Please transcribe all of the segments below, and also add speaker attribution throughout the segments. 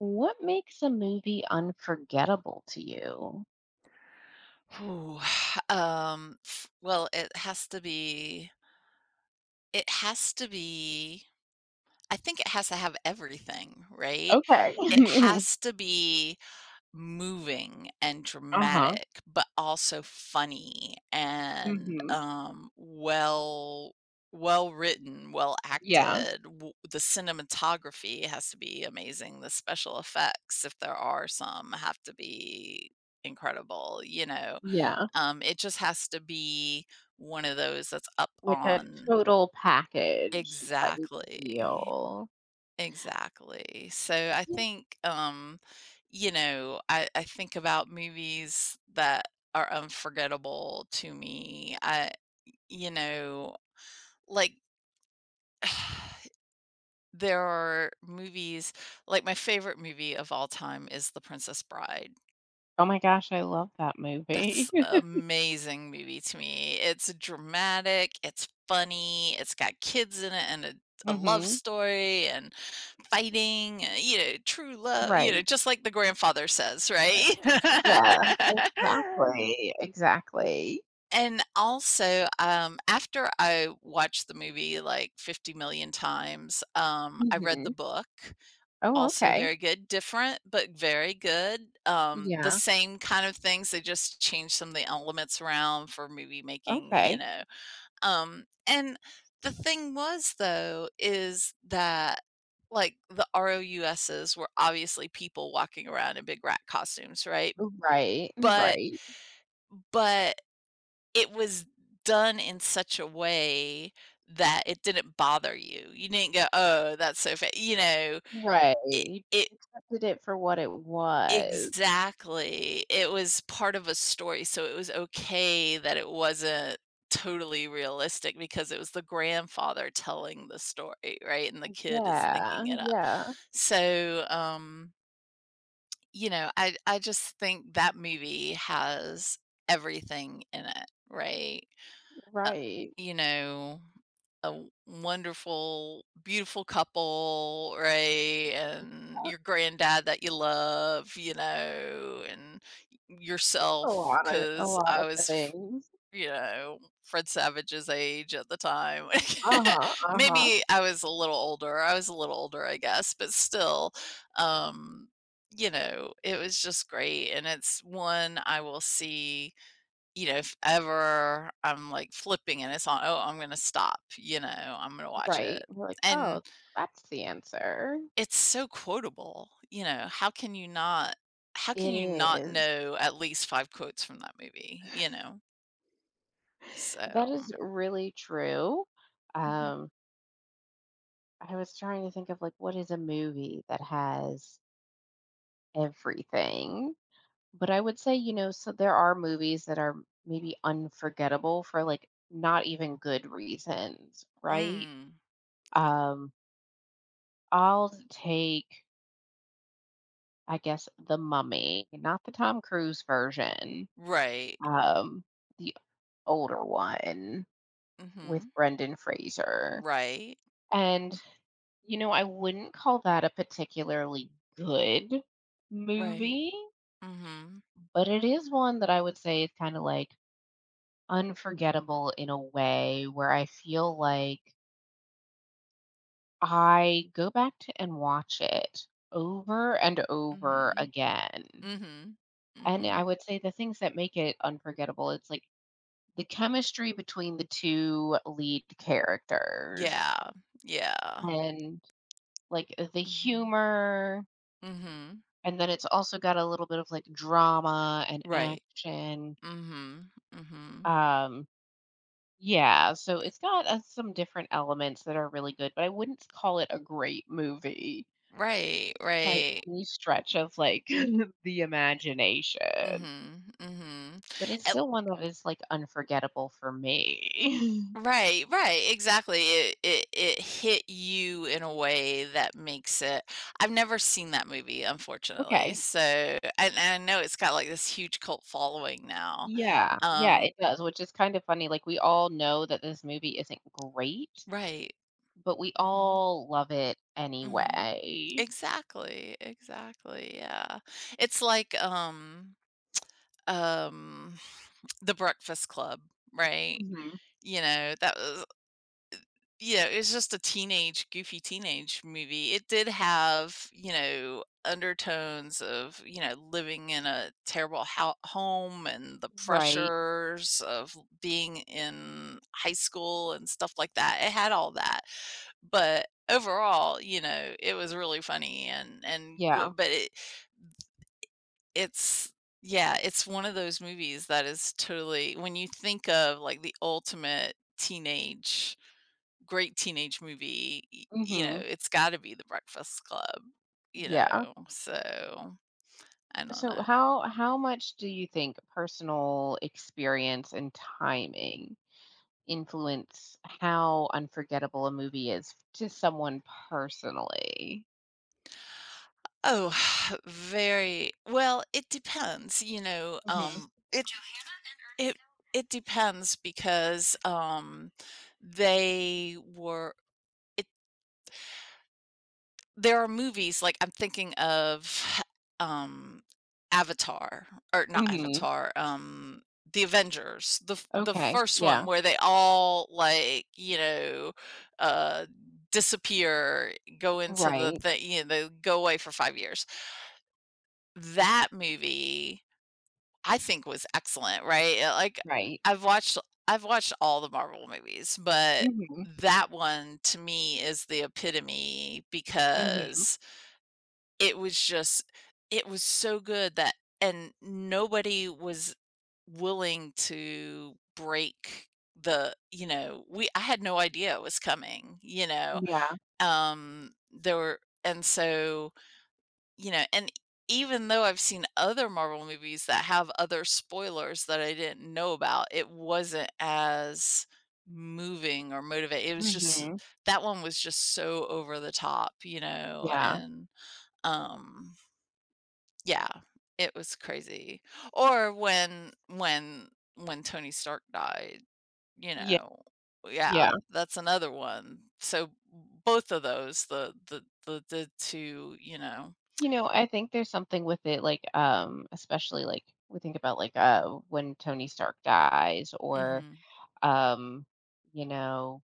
Speaker 1: What makes a movie unforgettable to you?
Speaker 2: Ooh, f well, it has to be it has to be I think it has to have everything, right?
Speaker 1: Okay.
Speaker 2: It has to be moving and
Speaker 1: Uh-huh.
Speaker 2: dramatic, but also funny and,
Speaker 1: Mhm.
Speaker 2: um, well well-written,
Speaker 1: Yeah.
Speaker 2: well-acted. W The cinematography has to be amazing, the special effects, if there are some, have to be incredible, you know?
Speaker 1: Yeah.
Speaker 2: It just has to be one of those that's up
Speaker 1: Like a
Speaker 2: on.
Speaker 1: total package type
Speaker 2: Exactly.
Speaker 1: deal.
Speaker 2: Exactly. So I
Speaker 1: Mhm.
Speaker 2: think, you know, I think about movies that are unforgettable to me. I, you know, like There are movies, like my favorite movie of all time is The Princess Bride.
Speaker 1: Oh my gosh, I love that
Speaker 2: That's
Speaker 1: movie.
Speaker 2: amazing movie to me. It's dramatic, it's funny, it's got kids in it and a love
Speaker 1: Mhm.
Speaker 2: story and fighting, you know, true love, you know,
Speaker 1: Right.
Speaker 2: just like the grandfather says,
Speaker 1: Right.
Speaker 2: right?
Speaker 1: Yeah, exactly. Exactly.
Speaker 2: And also, after I watched the movie like 50 million times, I read the
Speaker 1: Mhm.
Speaker 2: book.
Speaker 1: Oh,
Speaker 2: Also
Speaker 1: okay.
Speaker 2: very good, different, but very good. The
Speaker 1: Yeah.
Speaker 2: same kind of things, they just changed some of the elements around for movie making, you
Speaker 1: Okay.
Speaker 2: know? And the thing was, though, is that, like, the ROUSs were obviously people walking around in big rat costumes, right?
Speaker 1: Right.
Speaker 2: But
Speaker 1: Right.
Speaker 2: but it was done in such a way that it didn't bother you. You didn't go, "Oh, that's so fa," you know?
Speaker 1: Right.
Speaker 2: It
Speaker 1: You
Speaker 2: it
Speaker 1: accepted it for what it was.
Speaker 2: Exactly. It was part of a story, so it was okay that it wasn't totally realistic because it was the grandfather telling the story, right? And the kid is thinking
Speaker 1: Yeah.
Speaker 2: it up.
Speaker 1: Yeah.
Speaker 2: So, you know, I just think that movie has everything in it, right? uh,
Speaker 1: Right.
Speaker 2: you know, a wonderful, beautiful couple, right? And your granddad that you love, you know, and
Speaker 1: A
Speaker 2: yourself,
Speaker 1: lot of a
Speaker 2: because
Speaker 1: lot
Speaker 2: I
Speaker 1: of
Speaker 2: was,
Speaker 1: things.
Speaker 2: you know, Fred Savage's age at the time.
Speaker 1: Uh-huh, uh-huh.
Speaker 2: Maybe I was a little older. I was a little older, I guess, but still, um, you know, it was just great. And it's one I will see, you know, if ever I'm, like, flipping and it's on, oh, I'm gonna stop, you know, I'm gonna watch it.
Speaker 1: Right. We're like,
Speaker 2: And
Speaker 1: "Oh, that's the answer."
Speaker 2: it's so quotable, you know, how can you
Speaker 1: It
Speaker 2: not
Speaker 1: is.
Speaker 2: know at least 5 quotes from that movie, you know?
Speaker 1: That
Speaker 2: So.
Speaker 1: is really true.
Speaker 2: Mhm.
Speaker 1: Um, I was trying to think of, like, what is a movie that has everything? But I would say, you know, so there are movies that are maybe unforgettable for, like, not even good reasons, right?
Speaker 2: Mm.
Speaker 1: Um, I'll take I guess, The Mummy, not the Tom Cruise version,
Speaker 2: Right.
Speaker 1: um, the older one with
Speaker 2: Mhm.
Speaker 1: Brendan Fraser,
Speaker 2: Right.
Speaker 1: and, you know, I wouldn't call that a particularly good
Speaker 2: Right.
Speaker 1: movie,
Speaker 2: Mhm.
Speaker 1: but it is one that I would say is kinda, like, unforgettable in a way where I feel like I go back to and watch it over and over
Speaker 2: Mhm.
Speaker 1: again,
Speaker 2: Mhm.
Speaker 1: and
Speaker 2: Mhm.
Speaker 1: I would say the things that make it unforgettable, it's like the chemistry between the two lead characters,
Speaker 2: Yeah. Yeah.
Speaker 1: and like the
Speaker 2: Mhm.
Speaker 1: humor,
Speaker 2: Mhm.
Speaker 1: and then it's also got a little bit of like drama and
Speaker 2: Right.
Speaker 1: action.
Speaker 2: Mhm. Mhm.
Speaker 1: um yeah, so it's got some different elements that are really good, but I wouldn't call it a great movie
Speaker 2: Right,
Speaker 1: by
Speaker 2: right.
Speaker 1: any stretch of like the imagination,
Speaker 2: Mhm, mhm.
Speaker 1: but it's
Speaker 2: Uh,
Speaker 1: still one that is like unforgettable for me.
Speaker 2: right, right, exactly. It hit you in a way that makes it. I've never seen that movie, unfortunately,
Speaker 1: Okay.
Speaker 2: so, and I know it's got, like, this huge cult following now.
Speaker 1: Yeah, yeah,
Speaker 2: Um
Speaker 1: it does, which is kind of funny, like, we all know that this movie isn't great,
Speaker 2: Right.
Speaker 1: but we
Speaker 2: Mhm,
Speaker 1: all love it
Speaker 2: mhm.
Speaker 1: anyway.
Speaker 2: Exactly, exactly, yeah. It's like, um, The Breakfast Club, right?
Speaker 1: Mhm.
Speaker 2: You know, that was. Yeah, it's just a teenage, goofy teenage movie. It did have, you know, undertones of, you know, living in a terrible ho home and the
Speaker 1: Right,
Speaker 2: pressures of being in high school and stuff like that. It had all that. But overall, you know, it was really funny and good,
Speaker 1: yeah,
Speaker 2: but it it's yeah, it's one of those movies that is totally when you think of like the ultimate teenage great teenage movie, y you know,
Speaker 1: mhm,
Speaker 2: it's gotta be The Breakfast Club, you
Speaker 1: yeah.
Speaker 2: know, so I don't
Speaker 1: So
Speaker 2: know.
Speaker 1: how much do you think personal experience and timing influence how unforgettable a movie is to someone personally?
Speaker 2: Oh, very well, it depends, you know,
Speaker 1: Mhm,
Speaker 2: it it depends because, they were it there are movies, like, I'm thinking of, um, Avatar, or not
Speaker 1: mhm,
Speaker 2: Avatar, The Avengers, the f the
Speaker 1: okay,
Speaker 2: first one
Speaker 1: yeah,
Speaker 2: where they all, like, you know, uh, disappear, go into the
Speaker 1: right,
Speaker 2: thing, you know, they go away for 5 years. That movie, I think, was excellent, right? Like,
Speaker 1: right,
Speaker 2: I've watched I've watched all the Marvel movies, but
Speaker 1: mhm,
Speaker 2: that one to me is the epitome
Speaker 1: mhm,
Speaker 2: because it was just it was so good that, and nobody was willing to break the, you know, we I had no idea it was coming, you know?
Speaker 1: yeah,
Speaker 2: There were and so, you know, and even though I've seen other Marvel movies that have other spoilers that I didn't know about, it wasn't as moving or motivating. It was just
Speaker 1: mhm.
Speaker 2: that one was just so over the top, you know,
Speaker 1: Yeah.
Speaker 2: and, um yeah, it was crazy. Or when Tony Stark died, you
Speaker 1: Yeah.
Speaker 2: know. Yeah,
Speaker 1: Yeah.
Speaker 2: that's another one. So both of those, the 2, you know.
Speaker 1: You know, I think there's something with it, like, especially, like, we think about, like, when Tony Stark dies or,
Speaker 2: Mhm.
Speaker 1: um, you know,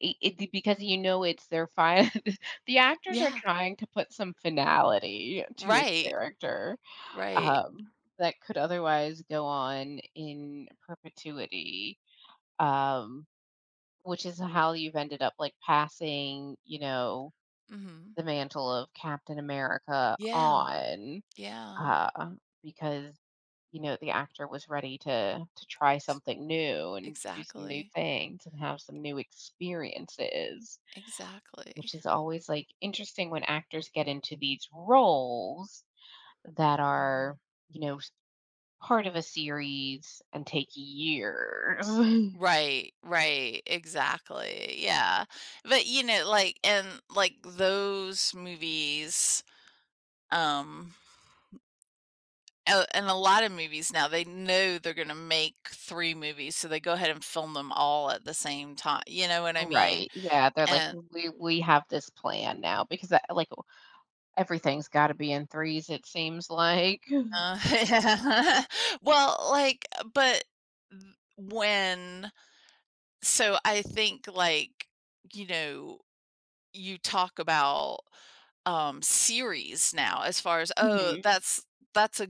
Speaker 1: it because you know it's their fine. The actors are
Speaker 2: Yeah,
Speaker 1: trying to put some finality to a
Speaker 2: right,
Speaker 1: character,
Speaker 2: right.
Speaker 1: um, that could otherwise go on in perpetuity, um, which is how you've ended up, like, passing
Speaker 2: Mhm.
Speaker 1: the mantle of Captain America
Speaker 2: Yeah,
Speaker 1: on,
Speaker 2: yeah,
Speaker 1: uh, because, you know, the actor was ready to try something new and do some new
Speaker 2: exactly,
Speaker 1: things and have some new experiences,
Speaker 2: exactly.
Speaker 1: which is always, like, interesting when actors get into these roles that
Speaker 2: Mhm.
Speaker 1: are, you know, s part of a series and take years.
Speaker 2: Right, right, exactly, yeah. But, you know, like and, like, those movies, um oh, and a lot of movies now, they know they're gonna make 3 movies, so they go ahead and film them all at the same time, you know what I mean?
Speaker 1: Right, yeah, they're like,
Speaker 2: And
Speaker 1: "We have this plan now," because that like, everything's gotta be in threes, it seems like.
Speaker 2: uh, Well, like, but th when so I think, like, you know, you talk about series now as far as, "Oh,
Speaker 1: Mhm.
Speaker 2: that's a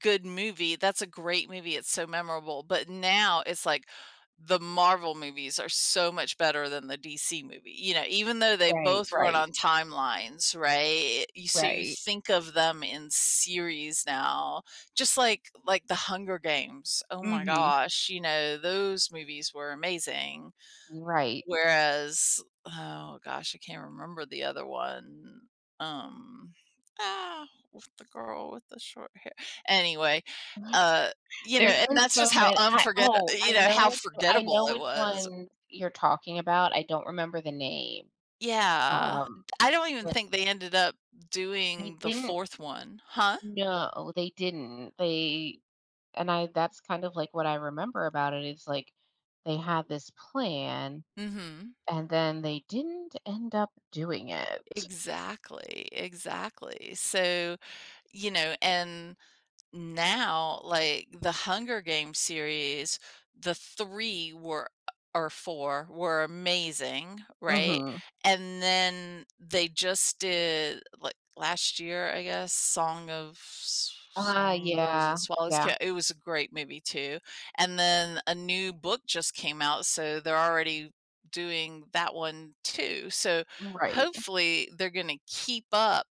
Speaker 2: good movie. That's a great movie. It's so memorable." But now it's like the Marvel movies are so much better than the DC movie, you know, even though they
Speaker 1: Right,
Speaker 2: both run
Speaker 1: right,
Speaker 2: on timelines, right? You so you
Speaker 1: right.
Speaker 2: think of them in series now, just like The Hunger Games. Oh my
Speaker 1: Mhm.
Speaker 2: gosh, you know, those movies were amazing.
Speaker 1: Right.
Speaker 2: Whereas, oh gosh, I can't remember the other one. Um, with the girl with the short hair. Anyway, uh, you know,
Speaker 1: There's
Speaker 2: and
Speaker 1: been
Speaker 2: that's
Speaker 1: so
Speaker 2: just how
Speaker 1: many. I
Speaker 2: unforget
Speaker 1: oh,
Speaker 2: you know, how
Speaker 1: I
Speaker 2: forgettable
Speaker 1: know
Speaker 2: it
Speaker 1: which
Speaker 2: was.
Speaker 1: ones you're talking about, I don't remember the name,
Speaker 2: Yeah.
Speaker 1: um,
Speaker 2: I don't even
Speaker 1: but
Speaker 2: think they ended up
Speaker 1: they
Speaker 2: doing the
Speaker 1: didn't
Speaker 2: 4th one. Huh?
Speaker 1: No, they didn't. They and I That's kind of, like, what I remember about it is, like, they had this plan,
Speaker 2: Mhm.
Speaker 1: and then they didn't end up doing it.
Speaker 2: Exactly, exactly. So, you know, and now, like, the Hunger Games series, the 3 were or 4 were amazing, right?
Speaker 1: Mhm.
Speaker 2: And then they just did, like, last year, I guess, Song of S
Speaker 1: Ah,
Speaker 2: Songbirds and
Speaker 1: yeah,
Speaker 2: Swallows,
Speaker 1: yeah.
Speaker 2: ca it was a great movie too, and then a new book just came out, so they're already doing that one too, so
Speaker 1: Right.
Speaker 2: hopefully they're gonna keep up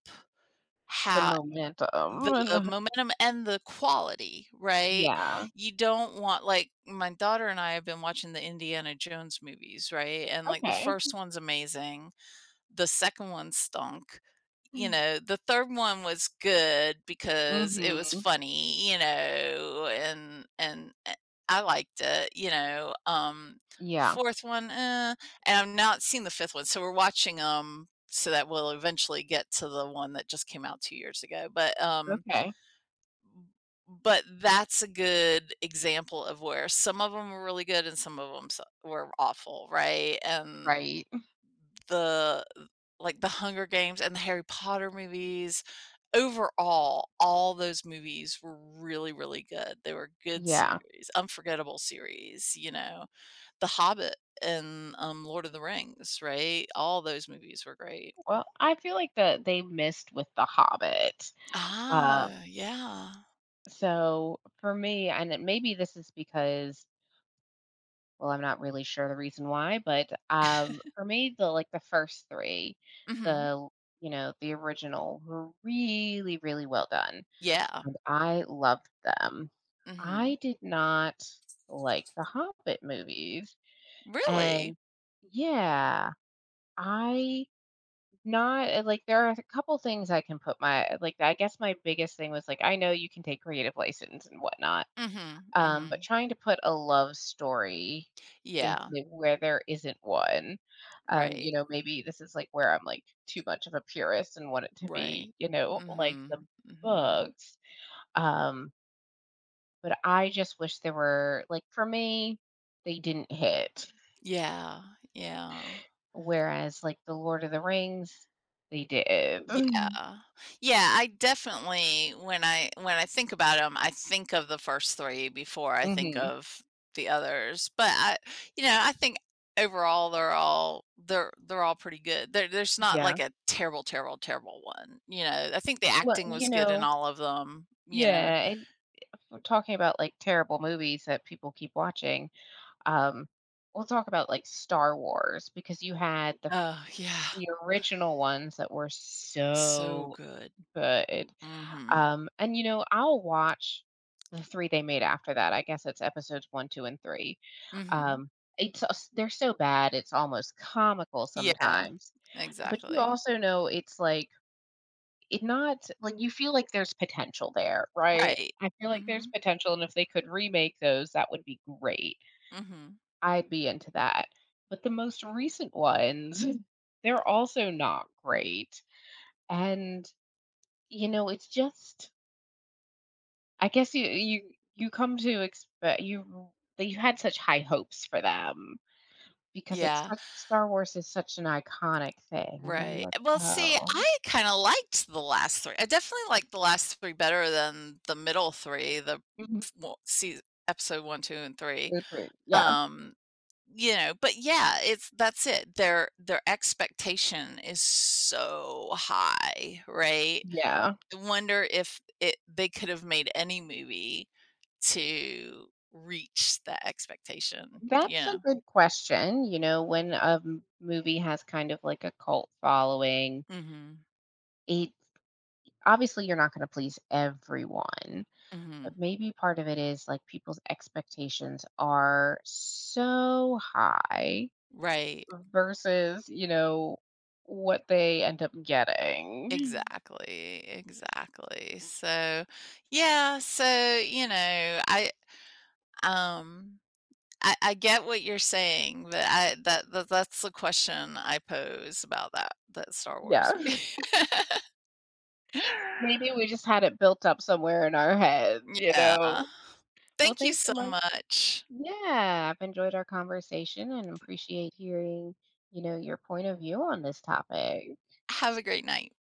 Speaker 1: The
Speaker 2: how
Speaker 1: momentum
Speaker 2: the
Speaker 1: and
Speaker 2: momentum and the quality, right?
Speaker 1: Yeah.
Speaker 2: You don't want like, my daughter and I have been watching the Indiana Jones movies, right? And, like, the
Speaker 1: Okay.
Speaker 2: first one's amazing, the second one stunk, you know, the third one was good because it was
Speaker 1: Mhm.
Speaker 2: funny, you know, eh, I liked it, you know,
Speaker 1: Yeah.
Speaker 2: 4th one, eh, and I've not seen the 5th one, so we're watching them so that we'll eventually get to the one that just came out 2 years ago, but, um
Speaker 1: Okay.
Speaker 2: but that's a good example of where some of them were really good and some of them were awful, right? And
Speaker 1: Right.
Speaker 2: the, like, The Hunger Games and the Harry Potter movies, overall, all those movies were really, really good. They were good
Speaker 1: Yeah.
Speaker 2: series, unforgettable series, you know? The Hobbit and, Lord of the Rings, right? All those movies were great.
Speaker 1: Well, I feel like that they missed with The Hobbit. Uh,
Speaker 2: Ah, yeah.
Speaker 1: so for me, and maybe this is because, well, I'm not really sure the reason why, but for me, the like the first three,
Speaker 2: Mhm.
Speaker 1: the you know the original were really really well done,
Speaker 2: Yeah.
Speaker 1: and I loved them.
Speaker 2: Mhm.
Speaker 1: I did not like the Hobbit movies,
Speaker 2: Really?
Speaker 1: and yeah I not eh, like there are a couple things I can put my like I guess my biggest thing was like I know you can take creative license and whatnot,
Speaker 2: Mhm,
Speaker 1: but
Speaker 2: mhm.
Speaker 1: trying to put a love story into
Speaker 2: Yeah,
Speaker 1: where there isn't one, and
Speaker 2: right,
Speaker 1: maybe this is like where I'm like too much of a purist and want it to
Speaker 2: right.
Speaker 1: be like
Speaker 2: Mhm,
Speaker 1: the
Speaker 2: mhm.
Speaker 1: books, um, but I just wish there were like for me they didn't hit,
Speaker 2: Yeah, yeah,
Speaker 1: whereas like the Lord of the Rings they did.
Speaker 2: yeah. Yeah, I definitely when I think about them, I think of the first 3 before I think
Speaker 1: Hmm.
Speaker 2: of the others, but I you know, I think overall they're all they're all pretty good. There's not
Speaker 1: Yeah.
Speaker 2: like a terrible, terrible, terrible one, you know? I think the
Speaker 1: Well,
Speaker 2: acting was good in all of them, you know?
Speaker 1: yeah, and we're talking about, like, terrible movies that people keep watching, um, we'll talk about, like, Star Wars because you had the
Speaker 2: Oh, yeah,
Speaker 1: the original ones that were
Speaker 2: so
Speaker 1: so
Speaker 2: good.
Speaker 1: good,
Speaker 2: Mhm.
Speaker 1: and, you know, I'll watch the 3 they made after that, I guess it's episodes 1, 2, and 3,
Speaker 2: Mhm.
Speaker 1: um, it's s they're so bad, it's almost comical
Speaker 2: Yeah.
Speaker 1: sometimes, but you
Speaker 2: Exactly.
Speaker 1: also know it's like It not like, you feel like there's potential there, right?
Speaker 2: Right.
Speaker 1: I feel like there's
Speaker 2: Mhm.
Speaker 1: potential, and if they could remake those, that would be great.
Speaker 2: Mhm.
Speaker 1: I'd be into that. But the most recent ones, Mhm, they're also not great, and, you know, it's just I guess you come to expect you that you had such high hopes for them because it's
Speaker 2: Yeah.
Speaker 1: such Star Wars is such an iconic thing, and then
Speaker 2: Right.
Speaker 1: you're like,
Speaker 2: Well, see,
Speaker 1: "Oh."
Speaker 2: I kind of liked the last 3. I definitely liked the last 3 better than the middle 3, the
Speaker 1: Mhm.
Speaker 2: f well, see, episode 1, 2, and 3.
Speaker 1: Agree. Yeah.
Speaker 2: Um, you know, but yeah, it's that's it. Their expectation is so high, right?
Speaker 1: Yeah.
Speaker 2: Wonder if it they could have made any movie to reach that expectation.
Speaker 1: That's
Speaker 2: Yeah.
Speaker 1: a good question. You know, when a movie has kind of like a cult following,
Speaker 2: Mhm.
Speaker 1: it obviously you're not going to please everyone, but
Speaker 2: Mhm.
Speaker 1: maybe part of it is like people's expectations are so high
Speaker 2: Right.
Speaker 1: versus, you know, what they end up getting.
Speaker 2: Exactly. Exactly. So, yeah, so, you know, um I get what you're saying, but I that, that's the question I pose about that Star Wars
Speaker 1: Yeah.
Speaker 2: movie.
Speaker 1: Maybe we just had it built up somewhere in our heads, you
Speaker 2: Yeah.
Speaker 1: know. Well,
Speaker 2: Thank you
Speaker 1: thanks
Speaker 2: so
Speaker 1: so much.
Speaker 2: much.
Speaker 1: Yeah, I've enjoyed our conversation and appreciate hearing, your point of view on this topic.
Speaker 2: Have a great night.